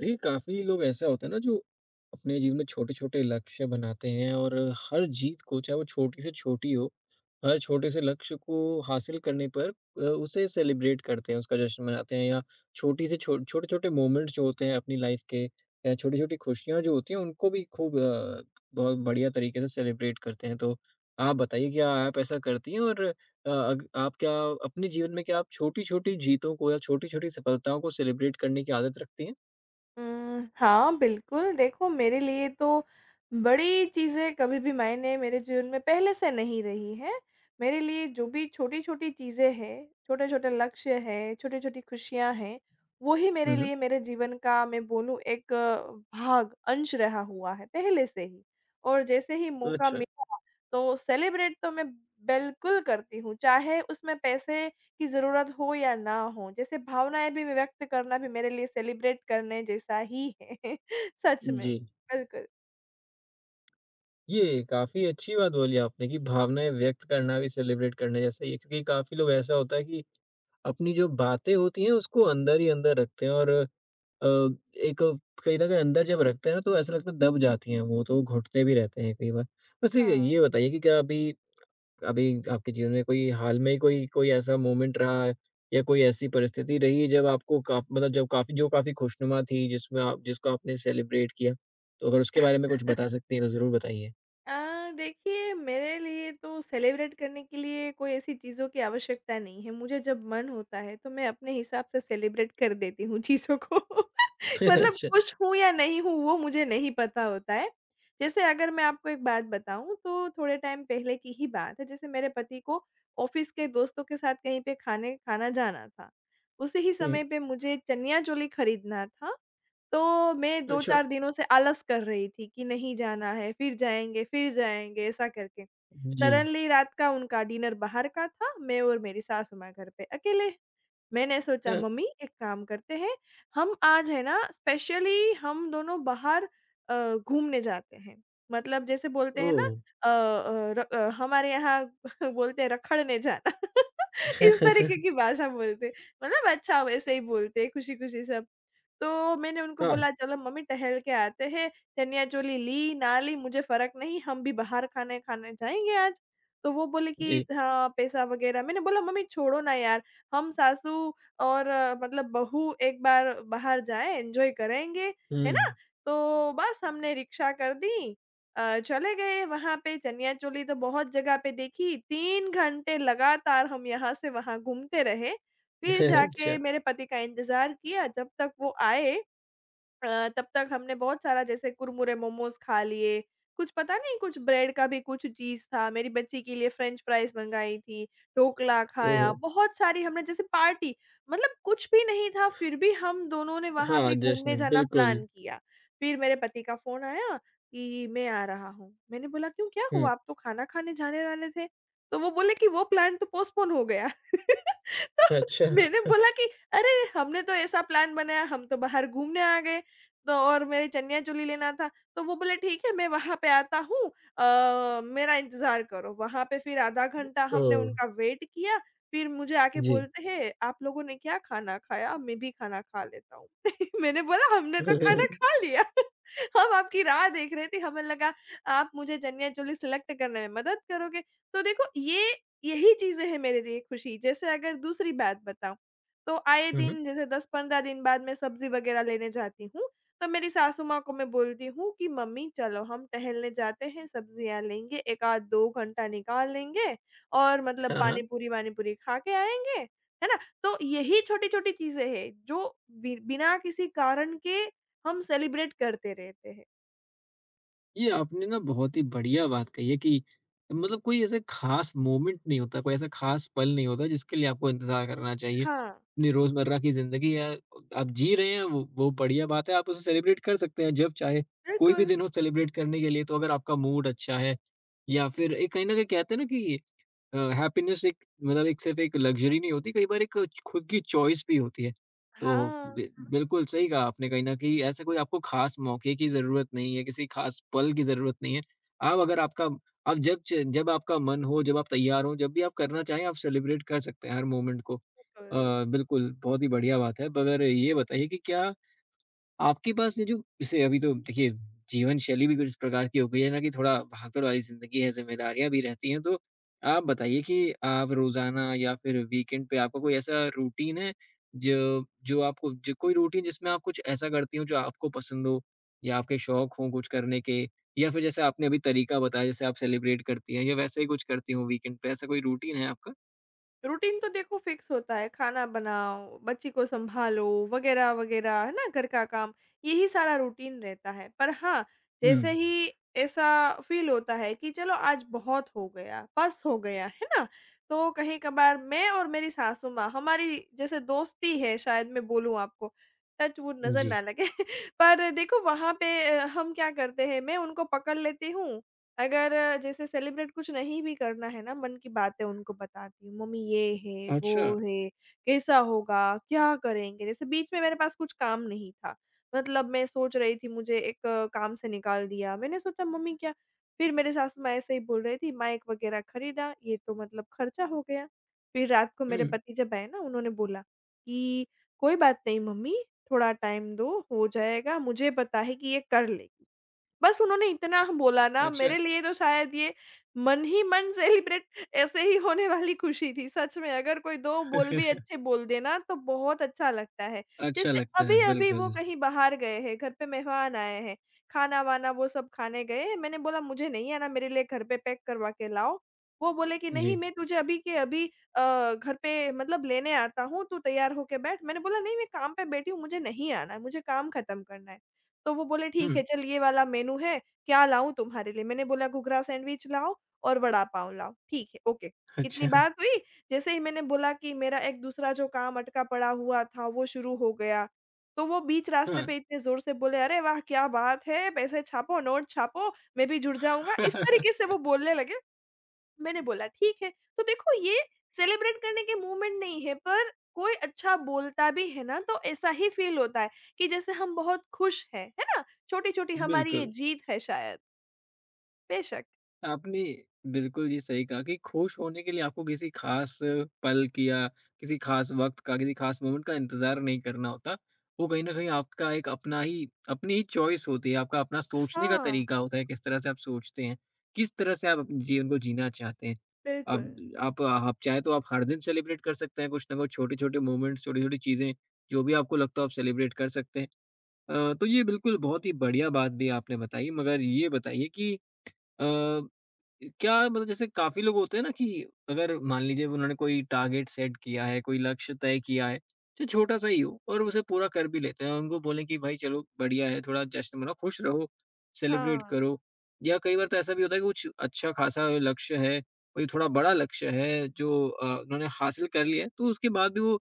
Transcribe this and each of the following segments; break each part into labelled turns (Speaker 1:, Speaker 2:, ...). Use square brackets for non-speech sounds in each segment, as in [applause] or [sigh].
Speaker 1: देखिए, काफ़ी लोग ऐसा होता है ना जो अपने जीवन में छोटे-छोटे लक्ष्य बनाते हैं और हर जीत को चाहे वो छोटी से छोटी हो, हर छोटे से लक्ष्य को हासिल करने पर उसे सेलिब्रेट करते हैं, उसका जश्न मनाते हैं या छोटी से छो छोटे-छोटे मोमेंट्स जो होते हैं अपनी लाइफ़ के या छोटी-छोटी खुशियाँ जो होती हैं उनको भी खूब बहुत बढ़िया तरीके से सेलिब्रेट करते हैं। तो आप बताइए क्या आप ऐसा करती हैं और अग आप क्या अपने जीवन में क्या आप छोटी-छोटी जीतों को या छोटी-छोटी सफलताओं को सेलिब्रेट करने की आदत रखती हैं?
Speaker 2: हाँ, बिल्कुल। देखो मेरे लिए तो बड़ी चीज़ें कभी भी मायने मेरे जीवन में पहले से नहीं रही हैं। मेरे लिए जो भी छोटी-छोटी चीज़ें हैं, छोटे-छोटे लक्ष्य हैं, छोटी-छोटी खुशियाँ हैं, वो ही मेरे
Speaker 1: हुँ, हुँ।
Speaker 2: लिए मेरे जीवन का मैं बोलूँ एक भाग, अंश रहा हुआ है पहले से ही। और जैसे ही मौका
Speaker 1: अच्छा,
Speaker 2: मिला तो सेलिब्रेट तो मैं बिल्कुल करती हूँ। चाहे उसमें पैसे की ज़रूरत हो या ना हो, जैसे भावनाएँ भी व्यक्त करना भी मेरे लिए सेलिब्रेट करने जैसा ही है [laughs] सच में,
Speaker 1: जी।
Speaker 2: बिल्कुल।
Speaker 1: ये काफ़ी अच्छी बात बोली आपने कि भावनाएँ व्यक्त करना भी सेलिब्रेट करने जैसा ही है क्योंकि काफ़ी लोग ऐसा होता है कि अपनी जो बातें होती हैं उसको अंदर ही अंदर रखते हैं और एक कहीं न कहीं अंदर जब रखते हैं ना तो ऐसा लगता है दब जाती हैं वो, तो घुटते भी रहते हैं कई बार। वैसे
Speaker 2: हाँ।
Speaker 1: ये बताइए कि क्या अभी अभी आपके जीवन में कोई हाल में कोई कोई ऐसा मोमेंट रहा है या कोई ऐसी परिस्थिति रही है जब आपको का मतलब जब काफ़ी खुशनुमा थी जिसमें आप जिसको आपने सेलिब्रेट किया? तो अगर उसके बारे में कुछ बता सकती हैं तो ज़रूर बताइए?
Speaker 2: देखिए मेरे लिए तो सेलिब्रेट करने के लिए कोई ऐसी चीज़ों की आवश्यकता नहीं है। मुझे जब मन होता है तो मैं अपने हिसाब से सेलिब्रेट कर देती हूँ चीज़ों को। [laughs]
Speaker 1: [laughs]
Speaker 2: मतलब
Speaker 1: अच्छा।
Speaker 2: खुश हूँ या नहीं हूँ वो मुझे नहीं पता होता है। जैसे अगर मैं आपको एक बात बताऊँ तो थोड़े टाइम पहले की ही बात है। जैसे मेरे पति को ऑफ़िस के दोस्तों के साथ कहीं पे खाने खाना जाना था। उसी ही
Speaker 1: हुँ।
Speaker 2: समय पे मुझे चनिया चोली खरीदना था तो मैं
Speaker 1: अच्छा।
Speaker 2: 2-4 दिनों से आलस कर रही थी कि नहीं जाना है, फिर जाएँगे ऐसा करके।
Speaker 1: जी।
Speaker 2: सडनली रात का उनका डिनर बाहर का था, मैं और मेरी सासू माँ घर पे अकेले। मैंने सोचा
Speaker 1: हाँ।
Speaker 2: मम्मी एक काम करते हैं, हम आज है ना स्पेशली हम दोनों बाहर अ, घूमने जाते हैं। मतलब जैसे बोलते हैं ना
Speaker 1: ओह!
Speaker 2: हमारे यहाँ [laughs] बोलते हैं रखड़ने जाना। [laughs] इस तरीके
Speaker 1: [laughs]
Speaker 2: की भाषा बोलते हैं, मतलब अच्छा वैसे ही बोलते हैं खुशी-खुशी सब। तो मैंने उनको
Speaker 1: हाँ,
Speaker 2: बोला चलो मम्मी टहल के आते हैं, चनिया-चोली ली ना ली मुझे फ़र्क नहीं, हम भी बाहर खाने खाने जाएँगे आज। तो वो बोले कि
Speaker 1: जी।
Speaker 2: हाँ, पैसा वगैरह मैंने बोला मम्मी छोड़ो ना यार हम सासू और मतलब बहू एक बार बाहर जाएँ, एन्जॉय करेंगे, है ना?
Speaker 1: हुँ।
Speaker 2: तो बस हमने रिक्शा कर दी चले गए वहाँ पे चनिया चोली तो बहुत जगह पे देखी, 3 घंटे लगातार हम यहाँ से वहाँ घूमते रहे।
Speaker 1: [laughs]
Speaker 2: फिर जाके
Speaker 1: अच्छा।
Speaker 2: मेरे पति का इंतज़ार किया जब तक वो आए तब तक हमने बहुत सारा जैसे कुरमुरे मोमोज़ खा लिए, कुछ पता नहीं कुछ ब्रेड का भी कुछ चीज़ था, मेरी बच्ची के लिए फ्रेंच फ्राइज़ मँगाई थी, ढोकला
Speaker 1: ओह!
Speaker 2: खाया, बहुत सारी हमने जैसे पार्टी मतलब कुछ भी नहीं था फिर भी हम दोनों ने वहाँ
Speaker 1: हाँ,
Speaker 2: पे घूमने
Speaker 1: जश्न
Speaker 2: जाना
Speaker 1: बिल्कुल।
Speaker 2: प्लान किया। फिर मेरे पति का फ़ोन आया कि मैं आ रहा हूँ। मैंने बोला क्यों क्या हुआ?
Speaker 1: हुँ।
Speaker 2: आप तो खाना खाने जाने वाले थे। तो वो बोले कि वो प्लान तो पोस्टपोन हो गया। [laughs] तो
Speaker 1: अच्छा।
Speaker 2: मैंने बोला कि अरे! हमने तो ऐसा प्लान बनाया, हम तो बाहर घूमने आ गए। तो और मेरे चनिया-चोली लेना था, तो वो बोले ठीक है मैं वहाँ पे आता हूँ मेरा इंतज़ार करो। वहाँ पे फिर आधा घंटा हमने
Speaker 1: ओह!
Speaker 2: उनका वेट किया, फिर मुझे आके
Speaker 1: जी।
Speaker 2: बोलते हैं, "आप लोगों ने क्या खाना खाया? मैं भी खाना खा लेता हूँ।" [laughs] मैंने बोला हमने तो खाना खा
Speaker 1: [laughs]
Speaker 2: लिया। [laughs] हम आपकी राह देख रहे थे, हमें लगा आप मुझे चनिया-चोली सेलेक्ट करने में मदद करोगे। तो देखो ये यही चीज़ें हैं मेरे लिए खुशी। जैसे अगर दूसरी बात बताऊँ, तो आए
Speaker 1: हुँ, हुँ।
Speaker 2: दिन जैसे 10-15 दिन बाद मैं सब्ज़ी वग़ैरह लेने जाती हूँ। तो मेरी सासू माँ को मैं बोलती हूँ कि मम्मी चलो हम टहलने जाते हैं, सब्जियाँ लेंगे, 1 आध 2 घंटा निकाल लेंगे और मतलब
Speaker 1: हाँ, हाँ।
Speaker 2: पानी-पूरी वानी-पूरी खा के आएँगे, है ना? तो यही छोटी-छोटी चीज़ें हैं जो बि बिना किसी कारण के हम सेलिब्रेट करते रहते हैं।
Speaker 1: ये आपने ना बहुत ही बढ़िया बात कही है कि मतलब कोई ऐसे खास मोमेंट नहीं होता, कोई ऐसा खास पल नहीं होता जिसके लिए आपको इंतज़ार करना चाहिए।
Speaker 2: हाँ,
Speaker 1: अपनी रोज़मर्रा की ज़िंदगी है, आप जी रहे हैं वो बढ़िया बात है, आप उसे सेलिब्रेट कर सकते हैं जब चाहे, कोई भी
Speaker 2: बिल्कुल।
Speaker 1: दिन हो सेलिब्रेट करने के लिए। तो अगर आपका मूड अच्छा है या फिर एक कहीं न कहीं कहते हैं ना कि हैप्पीनेस एक मतलब एक सिर्फ़ एक लग्ज़री नहीं होती, कई बार एक खुद की चॉइस भी होती है। तो
Speaker 2: हाँ,
Speaker 1: बि बिल्कुल सही कहा आपने कहीं न कहीं ऐसे कोई आपको ख़ास मौके की ज़रूरत नहीं है, किसी ख़ास पल की ज़रूरत नहीं है। आप अगर आपका आप जब च जब आपका मन हो, जब आप तैयार हों, जब भी आप करना चाहें आप सेलिब्रेट कर सकते हैं हर मोमेंट को।
Speaker 2: बिल्कुल।
Speaker 1: बिल्कुल बहुत ही बढ़िया बात है। मगर ये बताइए कि क्या आपके पास ये जो जैसे अभी तो देखिए जीवन शैली भी कुछ इस प्रकार की हो गई है ना कि थोड़ा भागदौड़ वाली जिंदगी है, ज़िम्मेदारियाँ भी रहती हैं, तो आप बताइए कि आप रोज़ाना या फिर वीकेंड पे आपका कोई ऐसा रूटीन है जो जो आपको जो कोई रूटीन जिसमें आप कुछ ऐसा करती हो जो आपको पसंद हो या आपके शौक हो कुछ करने के या फिर जैसे आपने अभी तरीका बताया जैसे आप सेलिब्रेट करती हैं या वैसे ही कुछ करती हो वीकेंड पे, ऐसा कोई रूटीन है आपका?
Speaker 2: रूटीन तो देखो फिक्स होता है, खाना बनाओ, बच्ची को सँभालो वग़ैरह, वग़ैरह, है ना? घर का काम, यही सारा रूटीन रहता है। पर हाँ,
Speaker 1: हुँ,
Speaker 2: जैसे ही ऐसा फ़ील होता है कि चलो आज बहुत हो गया, बस हो गया, है ना? तो कहीं-कभार मैं और मेरी सासू माँ, हमारी जैसे दोस्ती है शायद मैं बोलूँ आपको, टच वुड नज़र
Speaker 1: जी।
Speaker 2: ना लगे [laughs] पर देखो वहाँ पे हम क्या करते हैं, मैं उनको पकड़ लेती हूँ अगर जैसे सेलिब्रेट कुछ नहीं भी करना है ना, मन की बातें उनको बताती हूँ, मम्मी ये है, वो
Speaker 1: अच्छा।
Speaker 2: है, कैसा होगा, क्या करेंगे? जैसे बीच में मेरे पास कुछ काम नहीं था, मतलब मैं सोच रही थी मुझे एक काम से निकाल दिया। मैंने सोचा मम्मी क्या फिर मेरे सासू माँ ऐसे ही बोल रही थी, माइक वगैरह खरीदा, ये तो मतलब खर्चा हो गया। फिर रात को मेरे
Speaker 1: हुँ,
Speaker 2: पति जब आए ना, उन्होंने बोला कि, "कोई बात नहीं मम्मी, थोड़ा टाइम दो, हो जाएगा, मुझे पता है कि ये कर लेगी।" बस उन्होंने इतना बोला ना,
Speaker 1: अच्छा।
Speaker 2: मेरे लिए तो शायद ये मन ही मन सेलिब्रेट ऐसे ही होने वाली खुशी थी, सच में अगर कोई 2 बोल भी
Speaker 1: [laughs]
Speaker 2: अच्छे बोल दे ना, तो बहुत अच्छा लगता है।
Speaker 1: अच्छा
Speaker 2: जैसे
Speaker 1: लगता है,
Speaker 2: अभी-अभी वो
Speaker 1: बिल्कुल।
Speaker 2: कहीं बाहर गए हैं, घर पे मेहमान आए हैं, खाना-वाना वो सब खाने गए हैं, मैंने बोला मुझे नहीं आना, मेरे लिए घर पे पैक करवा के लाओ। वो बोले कि नहीं
Speaker 1: जी।
Speaker 2: मैं तुझे अभी के अभी घर पे मतलब लेने आता हूँ, तू तैयार होके बैठ। मैंने बोला नहीं मैं काम पे बैठी हूँ, मुझे नहीं आना है, मुझे काम खत्म करना है। तो वो बोले, "ठीक है,
Speaker 1: हुँ।
Speaker 2: चल ये वाला मेनू है, क्या लाऊँ तुम्हारे लिए?" मैंने बोला, "घुघरा सैंडविच लाओ और वड़ा-पाव लाओ।" "ठीक है, ओके।" इतनी
Speaker 1: अच्छा,
Speaker 2: बात हुई, जैसे ही मैंने बोला कि मेरा एक दूसरा जो काम अटका पड़ा हुआ था, वो शुरू हो गया। तो वो बीच रास्ते
Speaker 1: हाँ।
Speaker 2: पे इतने ज़ोर से बोले, "अरे वाह! क्या बात है, पैसे छापो, नोट छापो, मैं भी जुड़ जाऊँगा।" इस तरीके से
Speaker 1: [laughs]
Speaker 2: वो बोलने लगे। मैंने बोला, "ठीक है।" तो देखो ये सेलिब्रेट करने के मूवमेंट नहीं है, पर कोई अच्छा बोलता भी है ना तो ऐसा ही फ़ील होता है कि जैसे हम बहुत खुश हैं, है ना? छोटी-छोटी हमारी ये
Speaker 1: बिल्कुल,
Speaker 2: जीत है शायद, बेशक।
Speaker 1: आपने बिल्कुल ये सही कहा कि खुश होने के लिए आपको किसी खास पल की या किसी खास वक़्त का, किसी खास मोमेंट का इंतज़ार नहीं करना होता। वो कहीं न कहीं आपका एक अपना ही अपनी ही चॉइस होती है, आपका अपना सोचने का
Speaker 2: हाँ।
Speaker 1: तरीका होता है, किस तरह से आप सोचते हैं, किस तरह से आप अपने जीवन को जीना चाहते हैं।
Speaker 2: बिल्कुल।
Speaker 1: अब आप चाहें तो आप हर दिन सेलिब्रेट कर सकते हैं कुछ ना कुछ छोटे-छोटे मोमेंट्स, छोटी-छोटी चीज़ें, जो भी आपको लगता हो आप सेलिब्रेट कर सकते हैं। तो ये बिल्कुल बहुत ही बढ़िया बात भी आपने बताई मगर ये बताइए कि अ, क्या मतलब जैसे काफ़ी लोग होते हैं ना कि अगर मान लीजिए उन्होंने कोई टारगेट सेट किया है, कोई लक्ष्य तय किया है, चाहे छोटा-सा ही हो और उसे पूरा कर भी लेते हैं। उनको बोलें कि भाई चलो बढ़िया है, थोड़ा जश्न मनाओ, खुश रहो, सेलिब्रेट
Speaker 2: हाँ।
Speaker 1: करो। या कई बार तो ऐसा भी होता है कि कुछ अच्छा खासा लक्ष्य है, कोई थोड़ा बड़ा लक्ष्य है जो उन्होंने हासिल कर लिया है, तो उसके बाद भी वो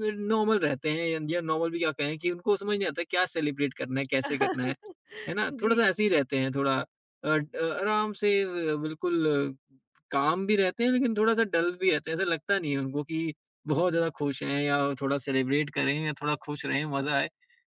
Speaker 1: न नॉर्मल रहते हैं या नॉर्मल भी क्या कहें कि उनको समझ नहीं आता क्या सेलिब्रेट करना है, कैसे करना
Speaker 2: [laughs]
Speaker 1: है ना?
Speaker 2: जी,
Speaker 1: थोड़ा-सा ऐसे ही रहते हैं थोड़ा ड आराम से बिल्कुल काम भी रहते हैं, लेकिन थोड़ा-सा डल भी रहते हैं। ऐसा लगता नहीं है उनको कि बहुत ज़्यादा खुश हैं या थोड़ा सेलिब्रेट करें या थोड़ा खुश रहें, मज़ा आए।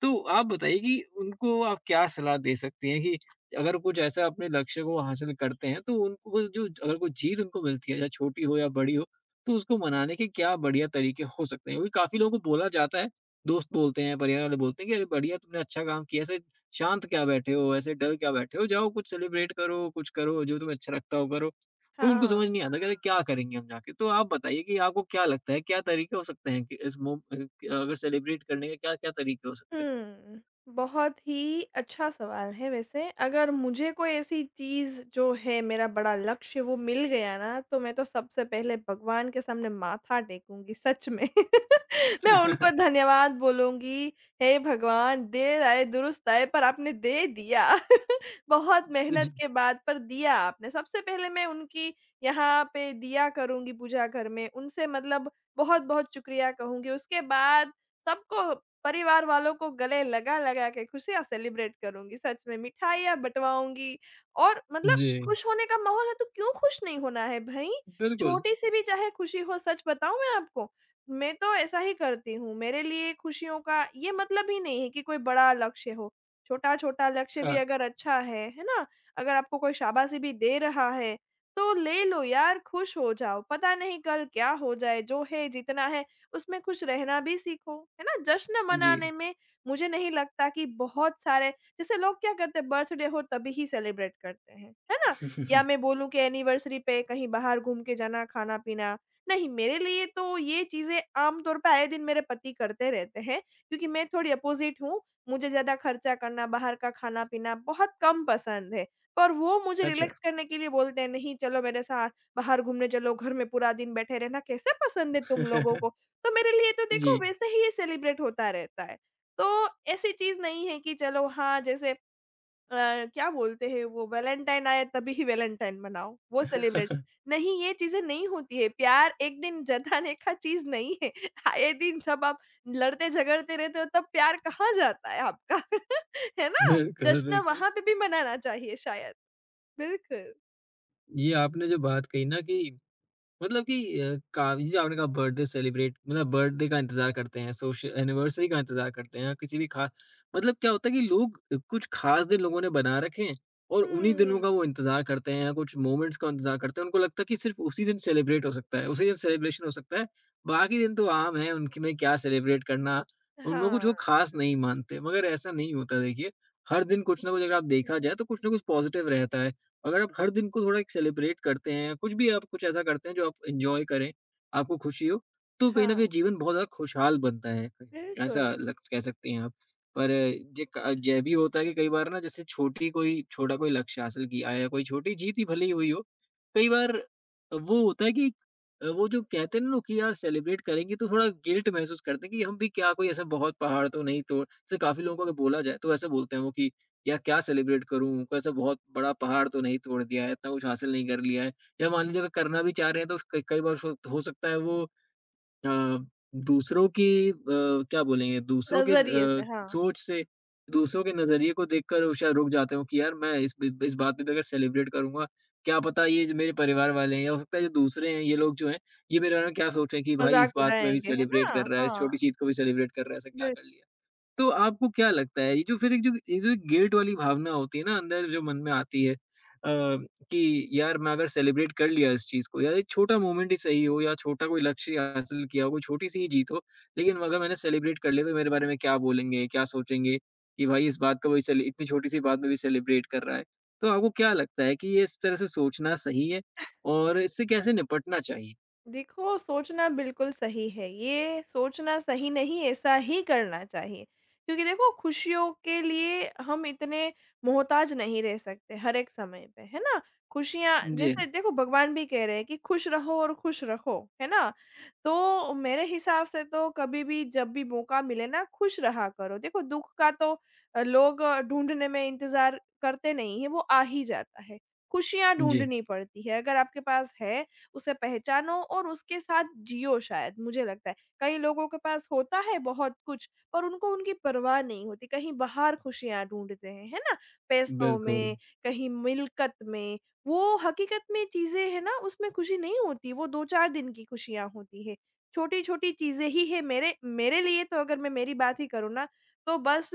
Speaker 1: तो आप बताइए कि उनको आप क्या सलाह दे सकती हैं कि अगर कुछ ऐसा अपने लक्ष्य को हासिल करते हैं, तो उनको वो जो अगर कोई जीत उनको मिलती है, चाहे छोटी हो या बड़ी हो, तो उसको मनाने के क्या बढ़िया तरीके हो सकते हैं? क्योंकि काफ़ी लोगों को बोला जाता है, दोस्त बोलते हैं, परिवार वाले बोलते हैं कि, "अरे! बढ़िया, तुमने अच्छा काम किया।" ऐसे शांत क्या बैठे हो, ऐसे डल क्या बैठे हो, जाओ कुछ सेलिब्रेट करो, कुछ करो, जो तुम्हें अच्छा लगता हो करो। तो उनको
Speaker 2: हाँ।
Speaker 1: समझ नहीं आता कहते क्या करेंगे हम जाके? तो आप बताइए कि आपको क्या लगता है, क्या तरीके हो सकते हैं कि अगर सेलिब्रेट करने के क्या-क्या तरीके हो सकते
Speaker 2: हुँ। बहुत ही अच्छा सवाल है वैसे। अगर मुझे कोई ऐसी चीज़ जो है मेरा बड़ा लक्ष्य वो मिल गया ना, तो मैं तो सबसे पहले भगवान के सामने माथा टेकूँगी सच में। [laughs]
Speaker 1: [laughs]
Speaker 2: मैं उनको
Speaker 1: हैं?
Speaker 2: धन्यवाद बोलूँगी, हे भगवान देर आए दुरुस्त आए पर आपने दे दिया। [laughs] बहुत
Speaker 1: जी,
Speaker 2: मेहनत के बाद पर दिया आपने। सबसे पहले मैं उनकी यहाँ पे दिया करूँगी पूजा घर में, उनसे मतलब बहुत-बहुत शुक्रिया कहूँगी। उसके बाद सबको परिवार वालों को गले लगा-लगा के खुशियाँ सेलिब्रेट करूँगी, सच में मिठाइयाँ बँटवाऊँगी और मतलब
Speaker 1: जी,
Speaker 2: खुश होने का माहौल है तो क्यों खुश नहीं होना है भई?
Speaker 1: बिल्कुल,
Speaker 2: छोटी-सी भी चाहे खुशी हो सच बताऊँ मैं आपको, मैं तो ऐसा ही करती हूँ। मेरे लिए खुशियों का ये मतलब ही नहीं है कि कोई बड़ा लक्ष्य हो। छोटा-छोटा लक्ष्य
Speaker 1: हाँ।
Speaker 2: भी
Speaker 1: हैं?
Speaker 2: अगर अच्छा है ना? अगर आपको कोई शाबाशी भी दे रहा है, तो ले लो यार खुश हो जाओ। पता नहीं कल क्या हो जाए, जो है जितना है उसमें खुश रहना भी सीखो, है ना? जश्न
Speaker 1: जी।
Speaker 2: मनाने में मुझे नहीं लगता कि बहुत सारे जैसे लोग क्या करते हैं बर्थडे हो तभी ही सेलिब्रेट करते हैं, है ना? या मैं बोलूँ कि एनिवर्सरी पे कहीं बाहर घूम के जाना, खाना-पीना। नहीं, मेरे लिए तो ये चीज़ें आम तौर पे आए दिन मेरे पति करते रहते हैं क्योंकि मैं थोड़ी अपोज़िट हूँ। मुझे ज़्यादा खर्चा करना, बाहर का खाना-पीना बहुत कम पसंद है। पर वो मुझे
Speaker 1: अच्छा।
Speaker 2: रिलैक्स करने के लिए बोलते हैं, "नहीं, चलो मेरे साथ बाहर घूमने चलो, घर में पूरा दिन बैठे रहना कैसे पसंद है तुम लोगों को?
Speaker 1: [laughs]
Speaker 2: तो मेरे लिए तो देखो
Speaker 1: जी।
Speaker 2: वैसे ही ये सेलिब्रेट होता रहता है। तो ऐसी चीज़ नहीं है कि चलो हाँ, जैसे क्या बोलते हैं वो वैलेंटाइन आया तभी ही वैलेंटाइन मनाओ, वो सेलिब्रेट
Speaker 1: [laughs]
Speaker 2: नहीं ये चीज़ें नहीं होती है। प्यार एक दिन जताने का चीज़ नहीं है। [laughs] आए दिन जब आप लड़ते-झगड़ते रहते हो तब प्यार कहाँ जाता है आपका? [laughs] है ना?
Speaker 1: बिल्कुल,
Speaker 2: जश्न
Speaker 1: बिल्कुल।
Speaker 2: वहाँ पे भी मनाना चाहिए शायद। बिल्कुल।
Speaker 1: ये आपने जो बात कही ना कि मतलब कि अ, का ये जो आपने कहा बर्थडे सेलिब्रेट मतलब बर्थडे का इंतज़ार करते हैं, सोश एनिवर्सरी का इंतज़ार करते हैं, किसी भी खा मतलब क्या होता है कि लोग कुछ ख़ास दिन लोगों ने बना रखे हैं और उन्हीं दिनों का
Speaker 2: हुँ।
Speaker 1: वो इंतज़ार करते हैं या कुछ मोमेंट्स का इंतज़ार करते हैं। उनको लगता है कि सिर्फ़ उसी दिन सेलिब्रेट हो सकता है, उसी दिन सेलिब्रेशन हो सकता है, बाकी दिन तो आम है, उनकी में क्या सेलिब्रेट करना, उनमें कुछ वो
Speaker 2: हाँ,
Speaker 1: ख़ास नहीं मानते। मगर ऐसा नहीं होता देखिए, हर दिन कुछ ना कुछ अगर आप देखा जाए तो कुछ ना कुछ पॉज़िटिव रहता है। अगर आप हर दिन को थोड़ा एक सेलिब्रेट करते हैं, कुछ भी आप कुछ ऐसा करते हैं जो आप एन्जॉय करें, आपको खुशी हो, तो कहीं न
Speaker 2: हाँ,
Speaker 1: कहीं जीवन बहुत ज़्यादा खुशहाल बनता है। कहीं- ऐसा
Speaker 2: बिल्कुल।
Speaker 1: लग कह सकती हैं आप। पर ये भी होता है कि कई बार ना जैसे छोटी कोई छोटा कोई लक्ष्य हासिल किया है, कोई छोटी जीत ही भले ही हुई हो, कई बार वो होता है कि वो जो कहते हैं ना लोग कि यार सेलिब्रेट करेंगे तो थोड़ा गिल्ट महसूस करते हैं कि हम भी क्या कोई ऐसा बहुत पहाड़ तो नहीं तोड़ जैसे काफ़ी लोगों को अगर बोला जाए तो ऐसा बोलते हैं वो कि या क्या सेलिब्रेट करूँ? कोई ऐसा बहुत बड़ा पहाड़ तो नहीं तोड़ दिया है, इतना कुछ हासिल नहीं कर लिया है। या मान लीजिए अगर करना भी चाह रहे हैं तो कई कई बार सो हो सकता है वो अ, दूसरों की क्या बोलेंगे दूसरों के
Speaker 2: नज़रिए से, हाँ।
Speaker 1: सोच से दूसरों के नज़रिए को देखकर वो शायद रुक जाते हो कि यार मैं इस बात पे भी अगर सेलिब्रेट करूँगा, क्या पता ये जो मेरे परिवार वाले हैं या हो सकता है जो दूसरे हैं ये लोग जो हैं, ये मेरे बारे में क्या सोचें कि भाई इस
Speaker 2: मज़ाक
Speaker 1: बात में भी
Speaker 2: उड़ाएँगे, है
Speaker 1: सेलिब्रेट
Speaker 2: ना?
Speaker 1: कर रहा है, इस
Speaker 2: हाँ,
Speaker 1: छोटी चीज़ को भी सेलिब्रेट कर रहा है, ऐसा क्या
Speaker 2: बिल
Speaker 1: कर लिया। तो आपको क्या लगता है ये जो फिर एक जो ये जो गिल्ट वाली भावना होती है ना अंदर जो मन में आती है कि यार मैं अगर सेलिब्रेट कर लिया इस चीज को या एक छोटा मोमेंट ही सही हो या छोटा कोई लक्ष्य हासिल किया हो कोई छोटी सी ही जीत हो लेकिन अगर मैंने सेलिब्रेट कर लिया तो मेरे बारे में क्या बोलेंगे क्या सोचेंगे कि भाई इस बात का वही सेलि- इतनी छोटी सी बात में भी सेलिब्रेट कर रहा है तो आपको क्या लगता है कि ये इस तरह से सोचना सही है और इससे कैसे निपटना चाहिए
Speaker 2: देखो, सोचना बिल्कुल सही है। ये सोचना सही नहीं, ऐसा ही करना चाहिए। क्योंकि देखो, खुशियों के लिए हम इतने मोहताज नहीं रह सकते हर एक समय पे, है ना? खुशियाँ
Speaker 1: जी
Speaker 2: जैसे देखो भगवान भी कह रहे हैं कि खुश रहो और खुश रखो, है ना? तो मेरे हिसाब से तो कभी भी जब भी मौका मिले ना, खुश रहा करो। देखो दुःख का तो लोग ढूँढने में इंतज़ार करते नहीं हैं, वो आ ही जाता है। खुशियाँ
Speaker 1: जी
Speaker 2: ढूँढनी पड़ती है, अगर आपके पास है उसे पहचानो और उसके साथ जियो शायद, मुझे लगता है। कई लोगों के पास होता है बहुत कुछ, पर उनको उनकी परवाह नहीं होती, कहीं बाहर खुशियाँ ढूँढते हैं, है ना? पैसों
Speaker 1: बिल्कुल
Speaker 2: में, कहीं मिल्कत में, वो हकीकत में चीज़ें हैं ना, उसमें खुशी नहीं होती, वो 2-4 दिन की खुशियाँ होती हैं। छोटी-छोटी चीज़ें ही हैं मेरे मेरे लिए तो अगर मैं मेरी बात ही करूँ ना, तो बस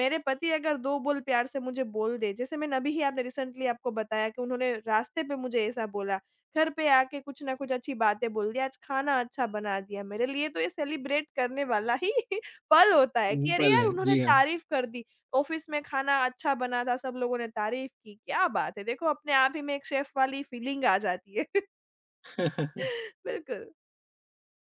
Speaker 2: मेरे पति अगर 2 बोल प्यार से मुझे बोल दें, जैसे मैंने अभी ही आपने रिसेंटली आपको बताया कि उन्होंने रास्ते पे मुझे ऐसा बोला। घर पे आके कुछ ना कुछ अच्छी बातें बोल दी, आज खाना अच्छा बना दिया मेरे लिए तो ये सेलिब्रेट करने वाला ही [laughs] पल होता है कि अरे
Speaker 1: पल
Speaker 2: यार
Speaker 1: है
Speaker 2: उन्होंने
Speaker 1: जी हाँ
Speaker 2: तारीफ़ कर दी। ऑफ़िस में खाना अच्छा बना था, सब लोगों ने तारीफ़ की, क्या बात है! देखो अपने आप ही में एक शेफ़ वाली फीलिंग आ जाती है। [laughs]
Speaker 1: [laughs]
Speaker 2: बिल्कुल,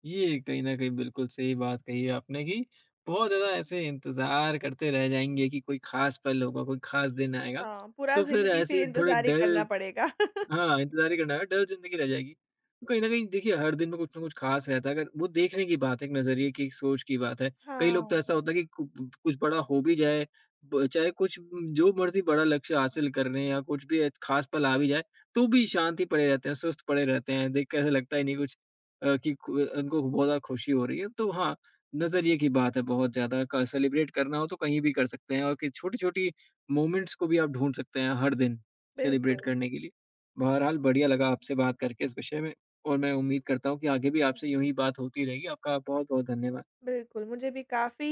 Speaker 1: ये कहीं न कहीं बिल्कुल सही बात कही है आपने कि बहुत ज़्यादा ऐसे इंतज़ार करते रह जाएँगे कि कोई ख़ास पल होगा, कोई ख़ास दिन आएगा।
Speaker 2: हाँ, पूरा
Speaker 1: तो फिर
Speaker 2: ज़िंदगी फिर
Speaker 1: ऐसी [laughs] थोड़े
Speaker 2: इंतज़ार ही करना
Speaker 1: डल
Speaker 2: पड़ेगा। [laughs]
Speaker 1: हाँ, इंतज़ार ही करना है, डल ज़िंदगी रह जाएगी। तो कहीं न कहीं देखिए हर दिन में कुछ ना कुछ ख़ास रहता है, अगर वो देखने की बात है, एक नज़रिए की, एक सोच की बात है। कई लोग तो
Speaker 2: हाँ,
Speaker 1: ऐसा होता है कि कु कुछ बड़ा हो भी जाए, ब चाहे कुछ जो मर्ज़ी बड़ा लक्ष्य हासिल कर लें या कुछ भी एक ख़ास पल आ भी जाए, तो भी शांति पड़े रहते हैं, सुस्त पड़े रहते हैं, देख के ऐसा लगता ही नहीं कुछ कि कु उनको बहुत ज़्यादा खुशी हो रही है। तो हाँ, नज़रिए की बात है बहुत ज़्यादा क सेलिब्रेट करना हो तो कहीं भी कर सकते हैं और कि छोटी-छोटी मोमेंट्स को भी आप ढूँढ सकते हैं हर दिन सेलिब्रेट
Speaker 2: बिल्कुल।
Speaker 1: करने के लिए। बहरहाल बढ़िया लगा आपसे बात करके इस विषय में और मैं उम्मीद करता हूँ कि आगे भी आपसे यूँ ही बात होती रहेगी। आपका बहुत-बहुत धन्यवाद।
Speaker 2: बिल्कुल, मुझे भी काफ़ी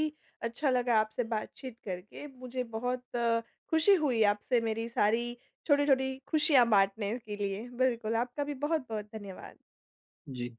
Speaker 2: अच्छा लगा आपसे बातचीत करके। मुझे बहुत खुशी हुई आपसे मेरी सारी छोटी-छोटी खुशियाँ बाँटने के लिए। बिल्कुल, आपका भी बहुत-बहुत धन्यवाद।
Speaker 1: जी।